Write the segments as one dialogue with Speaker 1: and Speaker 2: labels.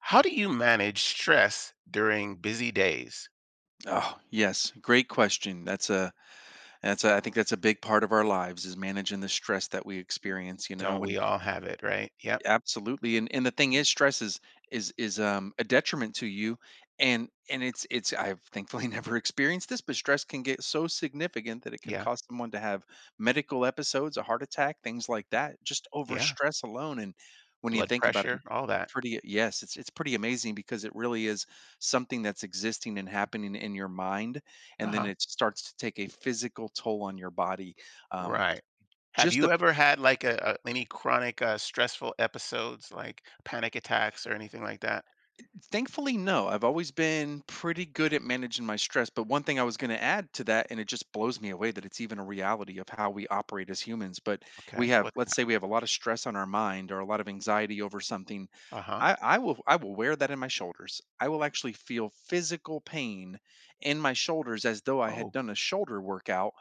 Speaker 1: How do you manage stress during busy days?
Speaker 2: Oh, yes. Great question. That's a I think that's a big part of our lives is managing the stress that we experience, you know,
Speaker 1: Don't we
Speaker 2: when
Speaker 1: all have it, right? Yep.
Speaker 2: absolutely, and the thing is, stress is a detriment to you, and it's I've thankfully never experienced this, but stress can get so significant that it could
Speaker 1: Yeah.
Speaker 2: cause someone to have medical episodes, a heart attack, things like that, just over
Speaker 1: Yeah.
Speaker 2: stress alone. And when you
Speaker 1: Blood
Speaker 2: think about it,
Speaker 1: pressure,
Speaker 2: it's
Speaker 1: all that.
Speaker 2: pretty yes, it's it's pretty amazing because it really is something that's existing and happening in your mind, and then
Speaker 1: Uh-huh.
Speaker 2: it starts to take a physical toll on your body. Um,
Speaker 1: Right. Have
Speaker 2: just the
Speaker 1: you ever had like a any chronic stressful episodes like panic attacks or anything like that?
Speaker 2: Thankfully, no. I've always been pretty good at managing my stress. But one thing I was going to add to that, and it just blows me away that it's even a reality of how we operate as humans. But
Speaker 1: Okay. What's
Speaker 2: let's
Speaker 1: that?
Speaker 2: say we have a lot of stress on our mind or a lot of anxiety over something.
Speaker 1: Uh-huh.
Speaker 2: I will wear that in my shoulders. I will actually feel physical pain in my shoulders as though I had
Speaker 1: Oh.
Speaker 2: done a shoulder workout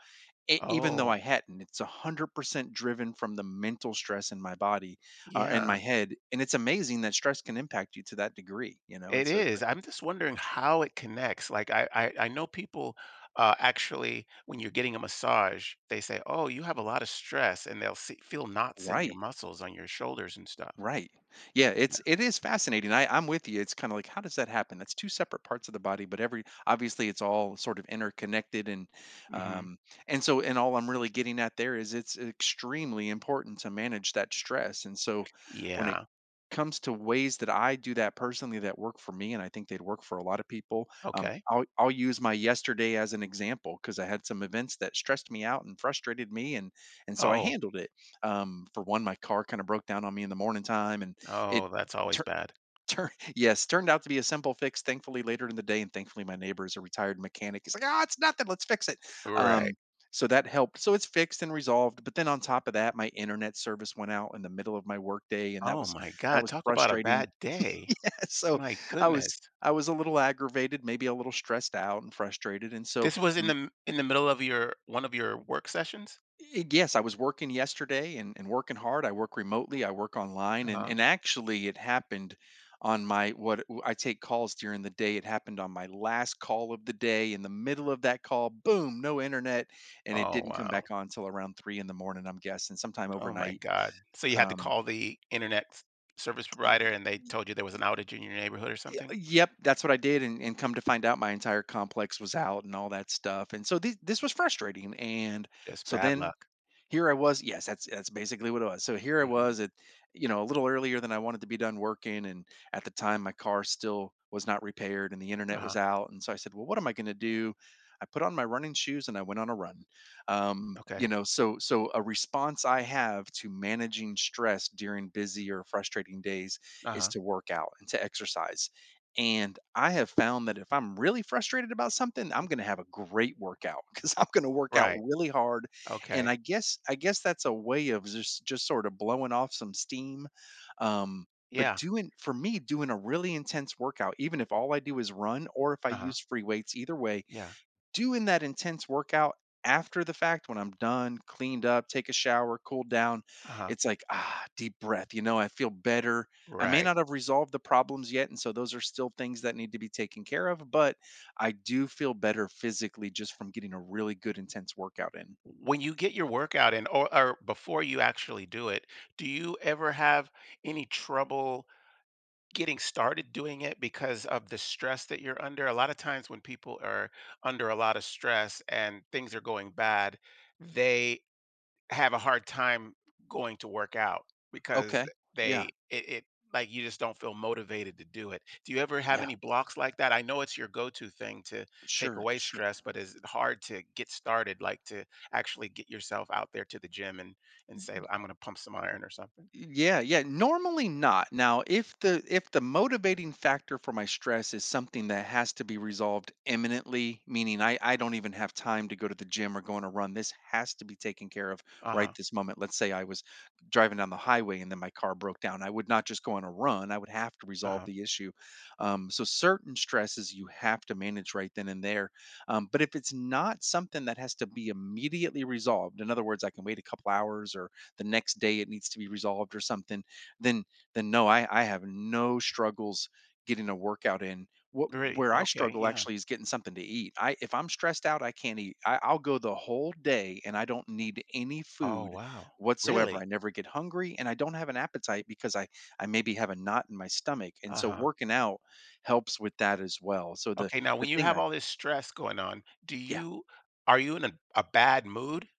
Speaker 2: e even though
Speaker 1: Oh.
Speaker 2: I hadn't, it's 100% driven from the mental stress in my body, in
Speaker 1: Yeah.
Speaker 2: my head, and it's amazing that stress can impact you to that degree, you know, and
Speaker 1: It
Speaker 2: so it's
Speaker 1: is.
Speaker 2: like
Speaker 1: I'm just wondering how it connects. Like I know people, actually when you're getting a massage, they say, "Oh, you have a lot of stress," and they'll see, feel knots in your
Speaker 2: right,
Speaker 1: muscles on your shoulders and stuff.
Speaker 2: right. Yeah, it's it is fascinating. I'm with you. It's kind of like, how does that happen? That's two separate parts of the body, but every obviously it's all sort of interconnected
Speaker 1: Yeah. Hmm.
Speaker 2: um and all I'm really getting at there is it's extremely important to manage that stress. And so when it
Speaker 1: Yeah.
Speaker 2: comes to ways that I do that personally that work for me, and I think they'd work for a lot of people. Um,
Speaker 1: Okay.
Speaker 2: I'll I'll use my yesterday as an example because I had some events that stressed me out and frustrated me, and so I
Speaker 1: Oh.
Speaker 2: handled it. For one, my car kind of broke down on me in the morning time, and it.
Speaker 1: Oh, that's always bad.
Speaker 2: Tur yes, turned out to be a simple fix, thankfully, later in the day, and thankfully, my neighbor is a retired mechanic. He's like, "Ah, it's nothing. Let's fix it."
Speaker 1: Right.
Speaker 2: Um, so that helped. So it's fixed and resolved. But then on top of that, my internet service went out in the middle of my workday, and that
Speaker 1: Oh
Speaker 2: was
Speaker 1: my
Speaker 2: that
Speaker 1: God.
Speaker 2: was
Speaker 1: Talk about a
Speaker 2: frustrating.
Speaker 1: bad day.
Speaker 2: So
Speaker 1: My
Speaker 2: I was
Speaker 1: goodness.
Speaker 2: I was a little aggravated, maybe a little stressed out and frustrated. And so
Speaker 1: This was in in the middle of your one of your work sessions.
Speaker 2: Yes, I was working yesterday, and working hard. I work remotely. I work
Speaker 1: Uh
Speaker 2: online,
Speaker 1: huh.
Speaker 2: and actually, it happened on my I take calls during the day. It happened on my last call of the day. In the middle of that call, boom, no internet, and it
Speaker 1: Oh
Speaker 2: didn't come
Speaker 1: wow.
Speaker 2: back on until around three in the morning. I'm guessing sometime
Speaker 1: Oh my
Speaker 2: overnight.
Speaker 1: God. So you had to
Speaker 2: Um,
Speaker 1: call the internet service
Speaker 2: y-
Speaker 1: provider
Speaker 2: y-
Speaker 1: and they told you there was an outage in your neighborhood or
Speaker 2: y-
Speaker 1: something?
Speaker 2: yep, that's what I did, and come to find out, my entire complex was out and all that stuff. And so this was frustrating. And
Speaker 1: Just
Speaker 2: so
Speaker 1: bad
Speaker 2: then
Speaker 1: luck.
Speaker 2: here I was. Yes, that's basically what it was. So here I
Speaker 1: Hmm.
Speaker 2: was at, you know, a little earlier than I wanted to be done working, and at the time my car still was not repaired and the internet
Speaker 1: Uh-huh.
Speaker 2: was out, and so I said, well, what am I going to do? I put on my running shoes and I went on a run. You
Speaker 1: Okay.
Speaker 2: know, so a response I have to managing stress during busy or frustrating days is
Speaker 1: Uh-huh.
Speaker 2: to work out and to exercise. And I have found that if I'm really frustrated about something, I'm going to have a great workout because I'm going to work out
Speaker 1: Right.
Speaker 2: really hard and
Speaker 1: Okay.
Speaker 2: I guess that's a way of just sort of blowing off some steam. Um, but
Speaker 1: Yeah.
Speaker 2: doing for me, doing a really intense workout, even if all I do is run or if I
Speaker 1: Uh-huh.
Speaker 2: use free weights, either way,
Speaker 1: Yeah.
Speaker 2: doing that intense workout after the fact when I'm done, cleaned up, take a shower, cooled down,
Speaker 1: Uh-huh.
Speaker 2: it's like, ah, deep breath. You know, I feel better. I may
Speaker 1: Right.
Speaker 2: not have resolved the problems yet. And so those are still things that need to be taken care of, but I do feel better physically just from getting a really good intense workout in.
Speaker 1: When you get your workout in or before you actually do it, do you ever have any trouble getting started doing it because of the stress that you're under? A lot of times when people are under a lot of stress and things are going bad, they have a hard time going to work out because
Speaker 2: Okay.
Speaker 1: they
Speaker 2: Yeah.
Speaker 1: it, it like you just don't feel motivated to do it. Do you ever have
Speaker 2: Yeah.
Speaker 1: any blocks like that? I know it's your go-to thing to take
Speaker 2: Sure.
Speaker 1: away
Speaker 2: Sure.
Speaker 1: stress, but is it hard to get started, like to actually get yourself out there to the gym and say,
Speaker 2: Mhm.
Speaker 1: I'm gonna pump some iron or something?
Speaker 2: Yeah, yeah, normally not. Now, if the motivating factor for my stress is something that has to be resolved imminently, meaning I don't even have time to go to the gym or go on a run, this has to be taken care of right
Speaker 1: Uh-huh.
Speaker 2: this moment. Let's say I was driving down the highway and then my car broke down. I would not just go on a run. I would have to resolve
Speaker 1: Uh-huh.
Speaker 2: the issue. So certain stresses you have to manage right then and there. But if it's not something that has to be immediately resolved, in other words, I can wait a couple hours or the next day it needs to be resolved or something, then no, I have no struggles getting a workout in. What
Speaker 1: Great.
Speaker 2: Where I
Speaker 1: Okay.
Speaker 2: struggle
Speaker 1: Yeah.
Speaker 2: actually is getting something to eat. I If I'm stressed out, I can't eat. I'll go the whole day and I don't need any
Speaker 1: Oh
Speaker 2: food
Speaker 1: wow.
Speaker 2: whatsoever. I
Speaker 1: Really?
Speaker 2: never get hungry and I don't have an appetite because I maybe have a knot in my stomach, and so
Speaker 1: Uh-huh.
Speaker 2: working out helps with that as well. So
Speaker 1: Okay, now
Speaker 2: the
Speaker 1: when you
Speaker 2: thing
Speaker 1: have
Speaker 2: I
Speaker 1: all this stress going on, do
Speaker 2: Yeah,
Speaker 1: you are you in a bad mood?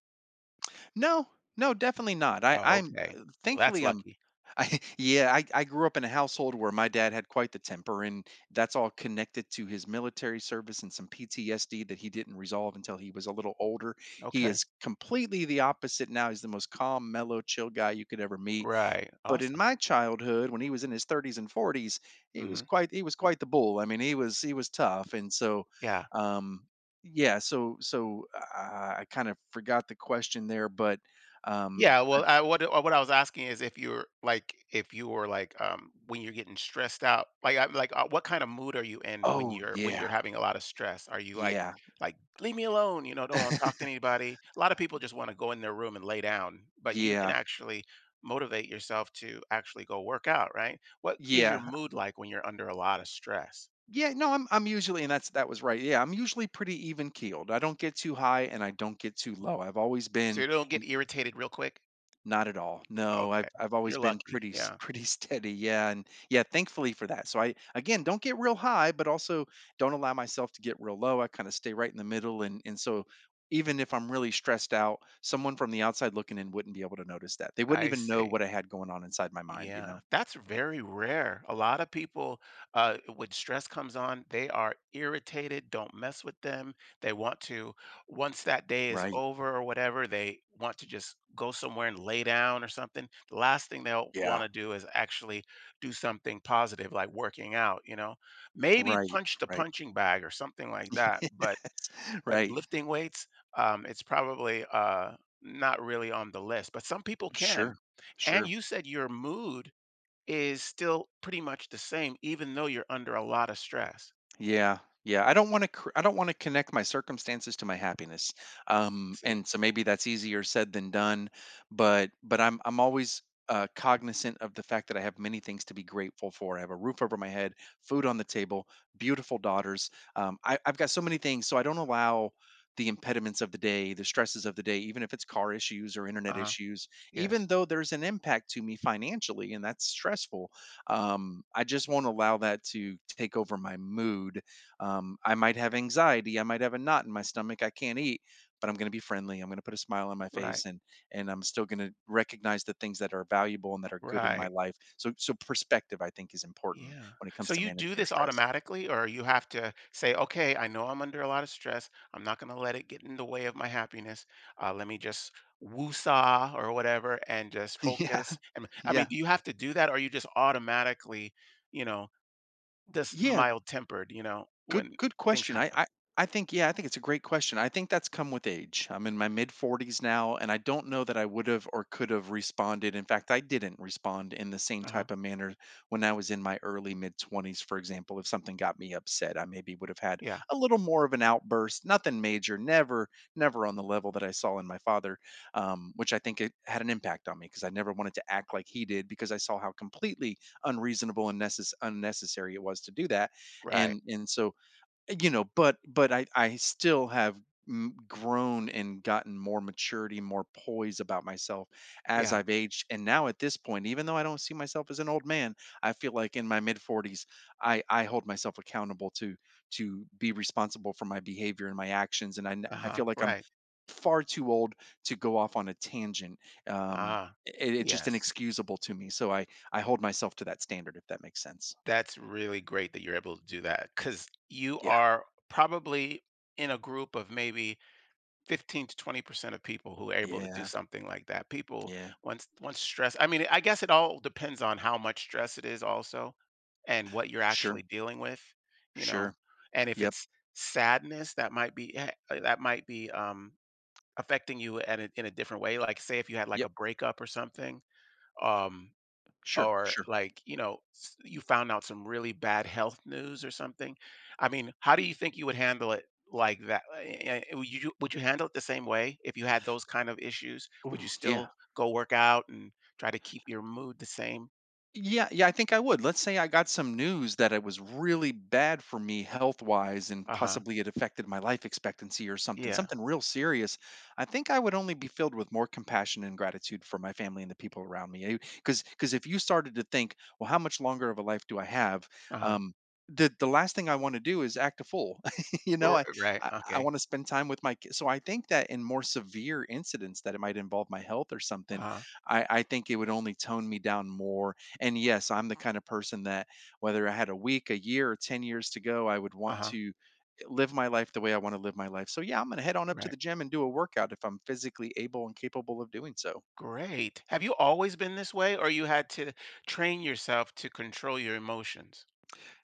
Speaker 2: no, no, definitely not. i
Speaker 1: Oh,
Speaker 2: i'm
Speaker 1: okay.
Speaker 2: uh,
Speaker 1: Well, that's
Speaker 2: thankfully i'm
Speaker 1: lucky.
Speaker 2: I yeah, I grew up in a household where my dad had quite the temper, and that's all connected to his military service and some PTSD that he didn't resolve until he was a little older. He
Speaker 1: Okay.
Speaker 2: is completely the opposite now. He's the most calm, mellow, chill guy you could ever meet.
Speaker 1: Right.
Speaker 2: But in
Speaker 1: Awesome.
Speaker 2: my childhood, when he was in his 30s and 40s, he was
Speaker 1: Hmm.
Speaker 2: quite the bull. I mean, he was tough, and so
Speaker 1: Yeah.
Speaker 2: um, yeah, so I kind of forgot the question there, but um,
Speaker 1: Yeah, well, what I was asking is if you were like when you're getting stressed out, like what kind of mood are you in when
Speaker 2: oh
Speaker 1: you're when you're
Speaker 2: yeah,
Speaker 1: having a lot of stress? Are you like
Speaker 2: yeah.
Speaker 1: leave me alone, you know, don't want to talk to anybody? A lot of people just want to go in their room and lay down, but you can
Speaker 2: Yeah.
Speaker 1: actually motivate yourself to actually go work out, right? What is your
Speaker 2: Yeah.
Speaker 1: mood like when you're under a lot of stress?
Speaker 2: Yeah, no, I'm usually and that's that was right. Yeah, I'm usually pretty even keeled. I don't get too high and I don't get too low. I've always
Speaker 1: So
Speaker 2: been
Speaker 1: you don't get
Speaker 2: and
Speaker 1: irritated real quick?
Speaker 2: not at all. No,
Speaker 1: Okay.
Speaker 2: I've always
Speaker 1: You're
Speaker 2: been
Speaker 1: lucky. Yeah.
Speaker 2: pretty steady. Yeah, and yeah, thankfully for that. So I again, don't get real high, but also don't allow myself to get real low. I kind of stay right in the middle, and so even if I'm really stressed out, someone from the outside looking in wouldn't be able to notice that. They wouldn't
Speaker 1: I
Speaker 2: even know
Speaker 1: see.
Speaker 2: what I had going on inside my mind, you
Speaker 1: Yeah,
Speaker 2: know?
Speaker 1: that's very rare. A lot of people, when stress comes on, they are irritated. Don't mess with them. They want to, once that day is
Speaker 2: Right.
Speaker 1: over or whatever, they want to just go somewhere and lay down or something. The last thing they'll want
Speaker 2: Yeah.
Speaker 1: to do is actually do something positive, like working out, maybe
Speaker 2: Right.
Speaker 1: punch the
Speaker 2: Right.
Speaker 1: punching bag or something like that. But but
Speaker 2: Right.
Speaker 1: lifting weights, it's probably not really on the list. But some people can.
Speaker 2: Sure.
Speaker 1: And
Speaker 2: Sure.
Speaker 1: you said your mood is still pretty much the same, even though you're under a lot of stress.
Speaker 2: Yeah. Yeah. I don't want to connect my circumstances to my happiness.
Speaker 1: See?
Speaker 2: And so maybe that's easier said than done, but I'm always cognizant of the fact that I have many things to be grateful for. I have a roof over my head, food on the table, beautiful daughters. I've got so many things, so I don't allow the impediments of the day, the stresses of the day, even if it's car issues or internet
Speaker 1: Uh-huh.
Speaker 2: issues,
Speaker 1: Yes.
Speaker 2: even though there's an impact to me financially and that's stressful. I just won't allow that to take over my mood. I might have anxiety. I might have a knot in my stomach. I can't eat, but I'm going to be friendly. I'm going to put a smile on my
Speaker 1: Right.
Speaker 2: face, and I'm still going to recognize the things that are valuable and that are good in my
Speaker 1: Right.
Speaker 2: life. So perspective, I think, is important
Speaker 1: Yeah.
Speaker 2: when it comes
Speaker 1: So
Speaker 2: to
Speaker 1: you do
Speaker 2: managing your
Speaker 1: this
Speaker 2: stress.
Speaker 1: automatically, or you have to say, okay, I know I'm under a lot of stress. I'm not going to let it get in the way of my happiness. Let me just woosah or whatever and just
Speaker 2: yeah,
Speaker 1: focus. And I mean,
Speaker 2: yeah.
Speaker 1: do you have to do that, or are you just automatically, you know, just
Speaker 2: Yeah,
Speaker 1: mild tempered,
Speaker 2: good
Speaker 1: when
Speaker 2: good
Speaker 1: things
Speaker 2: question. I
Speaker 1: happen?
Speaker 2: I I think yeah, I think it's a great question. I think that's come with age. I'm in my mid 40s now and I don't know that I would have or could have responded. In fact, I didn't respond in the same
Speaker 1: Uh huh.
Speaker 2: type of manner when I was in my early mid 20s, for example. If something got me upset, I maybe would have had
Speaker 1: Yeah.
Speaker 2: a little more of an outburst. Nothing major, never on the level that I saw in my father, which I think it had an impact on me because I never wanted to act like he did because I saw how completely unreasonable and unnecessary it was to do that.
Speaker 1: Right.
Speaker 2: And so you know but I still grown and gotten more maturity, more poise about myself as
Speaker 1: Yeah.
Speaker 2: I've aged. And now at this point, even though I don't see myself as an old man, I feel like in my mid 40s, I hold myself accountable to be responsible for my behavior and my actions. And i n-
Speaker 1: Uh
Speaker 2: i
Speaker 1: huh.
Speaker 2: feel like I'm
Speaker 1: Right.
Speaker 2: far too old to go off on a tangent. um
Speaker 1: Ah,
Speaker 2: it's just
Speaker 1: yes.
Speaker 2: inexcusable to me, so I hold myself to that standard, if that makes sense.
Speaker 1: That's really great that you're able to do that because you
Speaker 2: Yeah,
Speaker 1: are probably in a group of maybe 15 to 20% of people who are able to do
Speaker 2: yeah,
Speaker 1: something like that. People,
Speaker 2: yeah.
Speaker 1: once stress, I mean, I guess it all depends on how much stress it is also and what you're actually
Speaker 2: Sure,
Speaker 1: dealing with, you know.
Speaker 2: sure.
Speaker 1: And if
Speaker 2: Yep.
Speaker 1: it's sadness, that might be affecting you at in a different way. Like say if you had like
Speaker 2: Yep.
Speaker 1: a breakup or something. Um
Speaker 2: Sure,
Speaker 1: or
Speaker 2: sure.
Speaker 1: like you found out some really bad health news or something. I mean, how do you think you would handle it like that? Would you handle it the same way if you had those kind of issues? Would you
Speaker 2: Oh,
Speaker 1: still
Speaker 2: yeah.
Speaker 1: go work out and try to keep your mood the same?
Speaker 2: Yeah, yeah, I think I would. Let's say I got some news that it was really bad for me health-wise and
Speaker 1: Uh-huh.
Speaker 2: possibly it affected my life expectancy or something,
Speaker 1: Yeah.
Speaker 2: something real serious. I think I would only be filled with more compassion and gratitude for my family and the people around me. Because if you started to think, well, how much longer of a life do I have?
Speaker 1: Uh-huh.
Speaker 2: Um, the last thing I want to do is act a fool. you know,
Speaker 1: R-
Speaker 2: I
Speaker 1: right
Speaker 2: I
Speaker 1: Okay.
Speaker 2: want to spend time with my kids. So I think that in more severe incidents that it might involve my health or something,
Speaker 1: Uh-huh.
Speaker 2: I think it would only tone me down more. And yes, I'm the kind of person that, whether I had a week, a year, or 10 years to go, I would want
Speaker 1: Uh-huh.
Speaker 2: to live my life the way I want to live my life. So yeah, I'm going to head on up to
Speaker 1: Right.
Speaker 2: the gym and do a workout if I'm physically able and capable of doing so.
Speaker 1: Great. Have you always been this way, or you had to train yourself to control your emotions?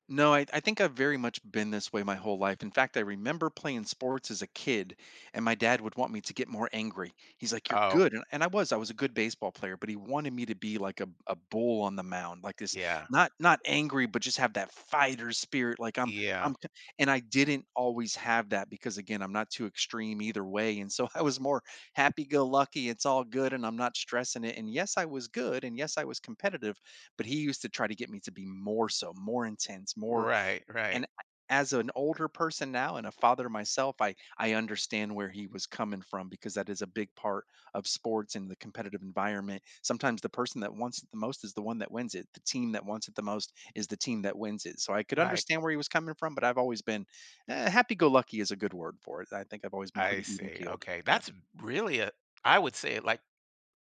Speaker 2: No, I think I've very much been this way my whole life. In fact, I remember playing sports as a kid, and my dad would want me to get more angry. He's like, "You're
Speaker 1: Oh
Speaker 2: good." And I was a good baseball player, but he wanted me to be like a bull on the mound, like this,
Speaker 1: yeah.
Speaker 2: not angry, but just have that fighter spirit. Like
Speaker 1: Yeah.
Speaker 2: I'm c- and I didn't always have that because, again, I'm not too extreme either way. And so I was more happy go lucky, it's all good, and I'm not stressing it. And yes, I was good, and yes, I was competitive, but he used to try to get me to be more so, more intense, more.
Speaker 1: Right.
Speaker 2: And
Speaker 1: Right.
Speaker 2: as an older person now and a father myself, I understand where he was coming from, because that is a big part of sports and the competitive environment. Sometimes the person that wants it the most is the one that wins it. The team that wants it the most is the team that wins it. So I could
Speaker 1: Right.
Speaker 2: understand where he was coming from, but I've always been, eh, happy go lucky is a good word for it. I think I've always been
Speaker 1: I
Speaker 2: pretty even
Speaker 1: see.
Speaker 2: keeled.
Speaker 1: Okay.
Speaker 2: Yeah.
Speaker 1: That's really I would say like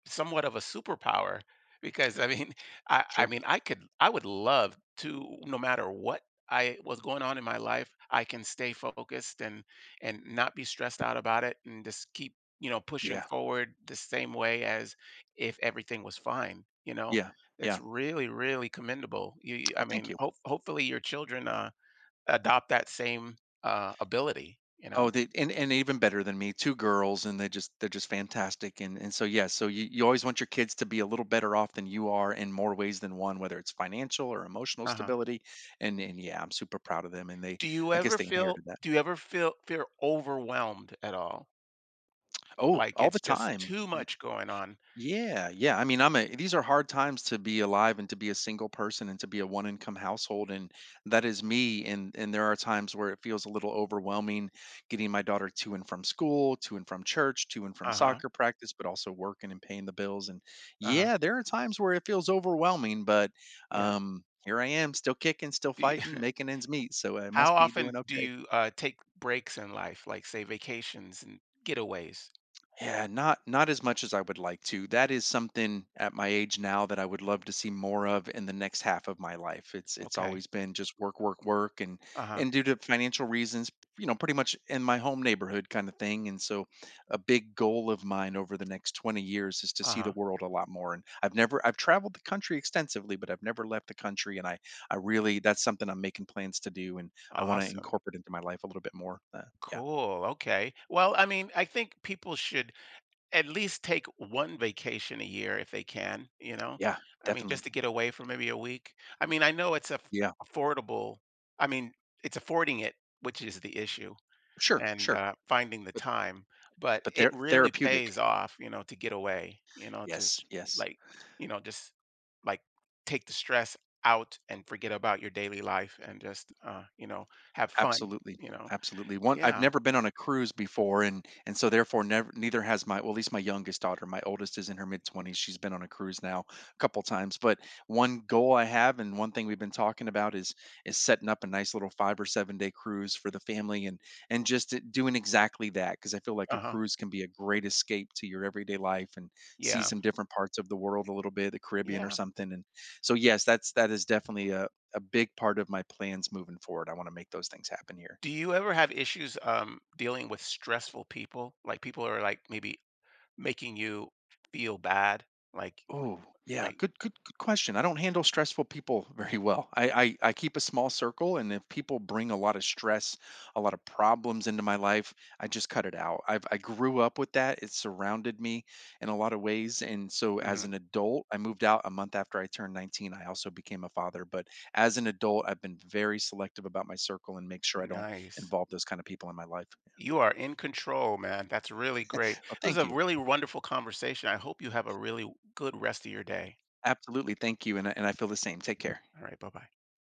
Speaker 1: somewhat of a superpower because I mean, I
Speaker 2: Sure.
Speaker 1: mean, I would love to, no matter what I was going on in my life, I can stay focused and not be stressed out about it and just keep, pushing
Speaker 2: Yeah.
Speaker 1: forward the same way as if everything was fine, you know?
Speaker 2: Yeah.
Speaker 1: It's
Speaker 2: Yeah.
Speaker 1: really, really commendable. I
Speaker 2: Well, thank
Speaker 1: mean,
Speaker 2: you.
Speaker 1: hopefully your children adopt that same ability, you
Speaker 2: Oh,
Speaker 1: know?
Speaker 2: they and even better than me. two girls, and they're just fantastic. And so, yeah, so you always want your kids to be a little better off than you are in more ways than one, whether it's financial or emotional
Speaker 1: Uh huh.
Speaker 2: stability. And yeah, I'm super proud of them, and they,
Speaker 1: Do you
Speaker 2: I guess
Speaker 1: ever
Speaker 2: they
Speaker 1: feel
Speaker 2: inherited that.
Speaker 1: do you ever feel overwhelmed at all?
Speaker 2: Oh,
Speaker 1: Like
Speaker 2: all the
Speaker 1: it's just
Speaker 2: time.
Speaker 1: too much going on?
Speaker 2: Yeah, yeah. I mean, I'm a these are hard times to be alive and to be a single person and to be a one income household, and that is me. And there are times where it feels a little overwhelming, getting my daughter to and from school, to and from church, to and from
Speaker 1: Uh-huh.
Speaker 2: soccer practice, but also working and paying the bills. And
Speaker 1: Uh-huh.
Speaker 2: yeah, there are times where it feels overwhelming, but
Speaker 1: Yeah.
Speaker 2: here I am, still kicking, still
Speaker 1: Do you
Speaker 2: fighting, making ends meet, so I
Speaker 1: How
Speaker 2: must be
Speaker 1: often
Speaker 2: doing
Speaker 1: do
Speaker 2: okay.
Speaker 1: you, take breaks in life, like, say, vacations and getaways?
Speaker 2: Yeah, not not as much as I would like to. That is something at my age now that I would love to see more of in the next half of my life. It's
Speaker 1: Okay.
Speaker 2: always been just work, work, work. and
Speaker 1: Uh-huh.
Speaker 2: and due to financial reasons, you know, pretty much in my home neighborhood kind of thing. And so, a big goal of mine over the next 20 years is to see the
Speaker 1: Uh-huh.
Speaker 2: world a lot more. And I've never I've traveled the country extensively, but I've never left the country. And I really, that's something I'm making plans to do, and I want to
Speaker 1: Awesome.
Speaker 2: incorporate into my life a little bit more. Yeah,
Speaker 1: Cool, okay. Well, I mean, I think people should at least take one vacation a year if they can, you know?
Speaker 2: yeah,
Speaker 1: I mean, just
Speaker 2: definitely.
Speaker 1: to get away for maybe a week. I mean, I know it's
Speaker 2: Yeah,
Speaker 1: affordable. I mean, it's affording it, which is the issue,
Speaker 2: sure,
Speaker 1: and,
Speaker 2: sure.
Speaker 1: finding the time, but
Speaker 2: But
Speaker 1: it
Speaker 2: they're
Speaker 1: really
Speaker 2: therapeutic.
Speaker 1: pays off, to get away, to
Speaker 2: Yes,
Speaker 1: s
Speaker 2: yes,
Speaker 1: like, just, like, take the stress out and forget about your daily life and just, have fun,
Speaker 2: absolutely,
Speaker 1: you know?
Speaker 2: absolutely. One, I've
Speaker 1: Yeah.
Speaker 2: never been on a cruise before, and so therefore never, neither has at least my youngest daughter. My oldest is in her mid-20s. She's been on a cruise now a couple times. But one goal I have and one thing we've been talking about is setting up a nice little 5 or 7-day cruise for the family, and just doing exactly that, because I feel like a
Speaker 1: Uh-huh.
Speaker 2: cruise can be a great escape to your everyday life and see
Speaker 1: Yeah.
Speaker 2: some different parts of the world a little bit, the Caribbean or
Speaker 1: Yeah.
Speaker 2: something. And so yes, that is definitely a big part of my plans moving forward. I want to make those things happen here.
Speaker 1: Do you ever have issues dealing with stressful people? Like people are like maybe making you feel bad? Like
Speaker 2: Oh, yeah,
Speaker 1: like
Speaker 2: good, good, good question. I don't handle stressful people very well. I keep a small circle, and if people bring a lot of stress, a lot of problems into my life, I just cut it out. I grew up with that. It surrounded me in a lot of ways, and so as
Speaker 1: mhm.
Speaker 2: an adult, I moved out a month after I turned 19. I also became a father. But as an adult, I've been very selective about my circle and make sure I don't
Speaker 1: Nice.
Speaker 2: involve those kind of people in my life.
Speaker 1: You are in control, man. That's really great.
Speaker 2: Oh,
Speaker 1: It was
Speaker 2: thank
Speaker 1: a
Speaker 2: you.
Speaker 1: really wonderful conversation. I hope you have a really good rest of your day.
Speaker 2: Absolutely. Thank you. And I feel the same. Take care.
Speaker 1: All right, bye-bye.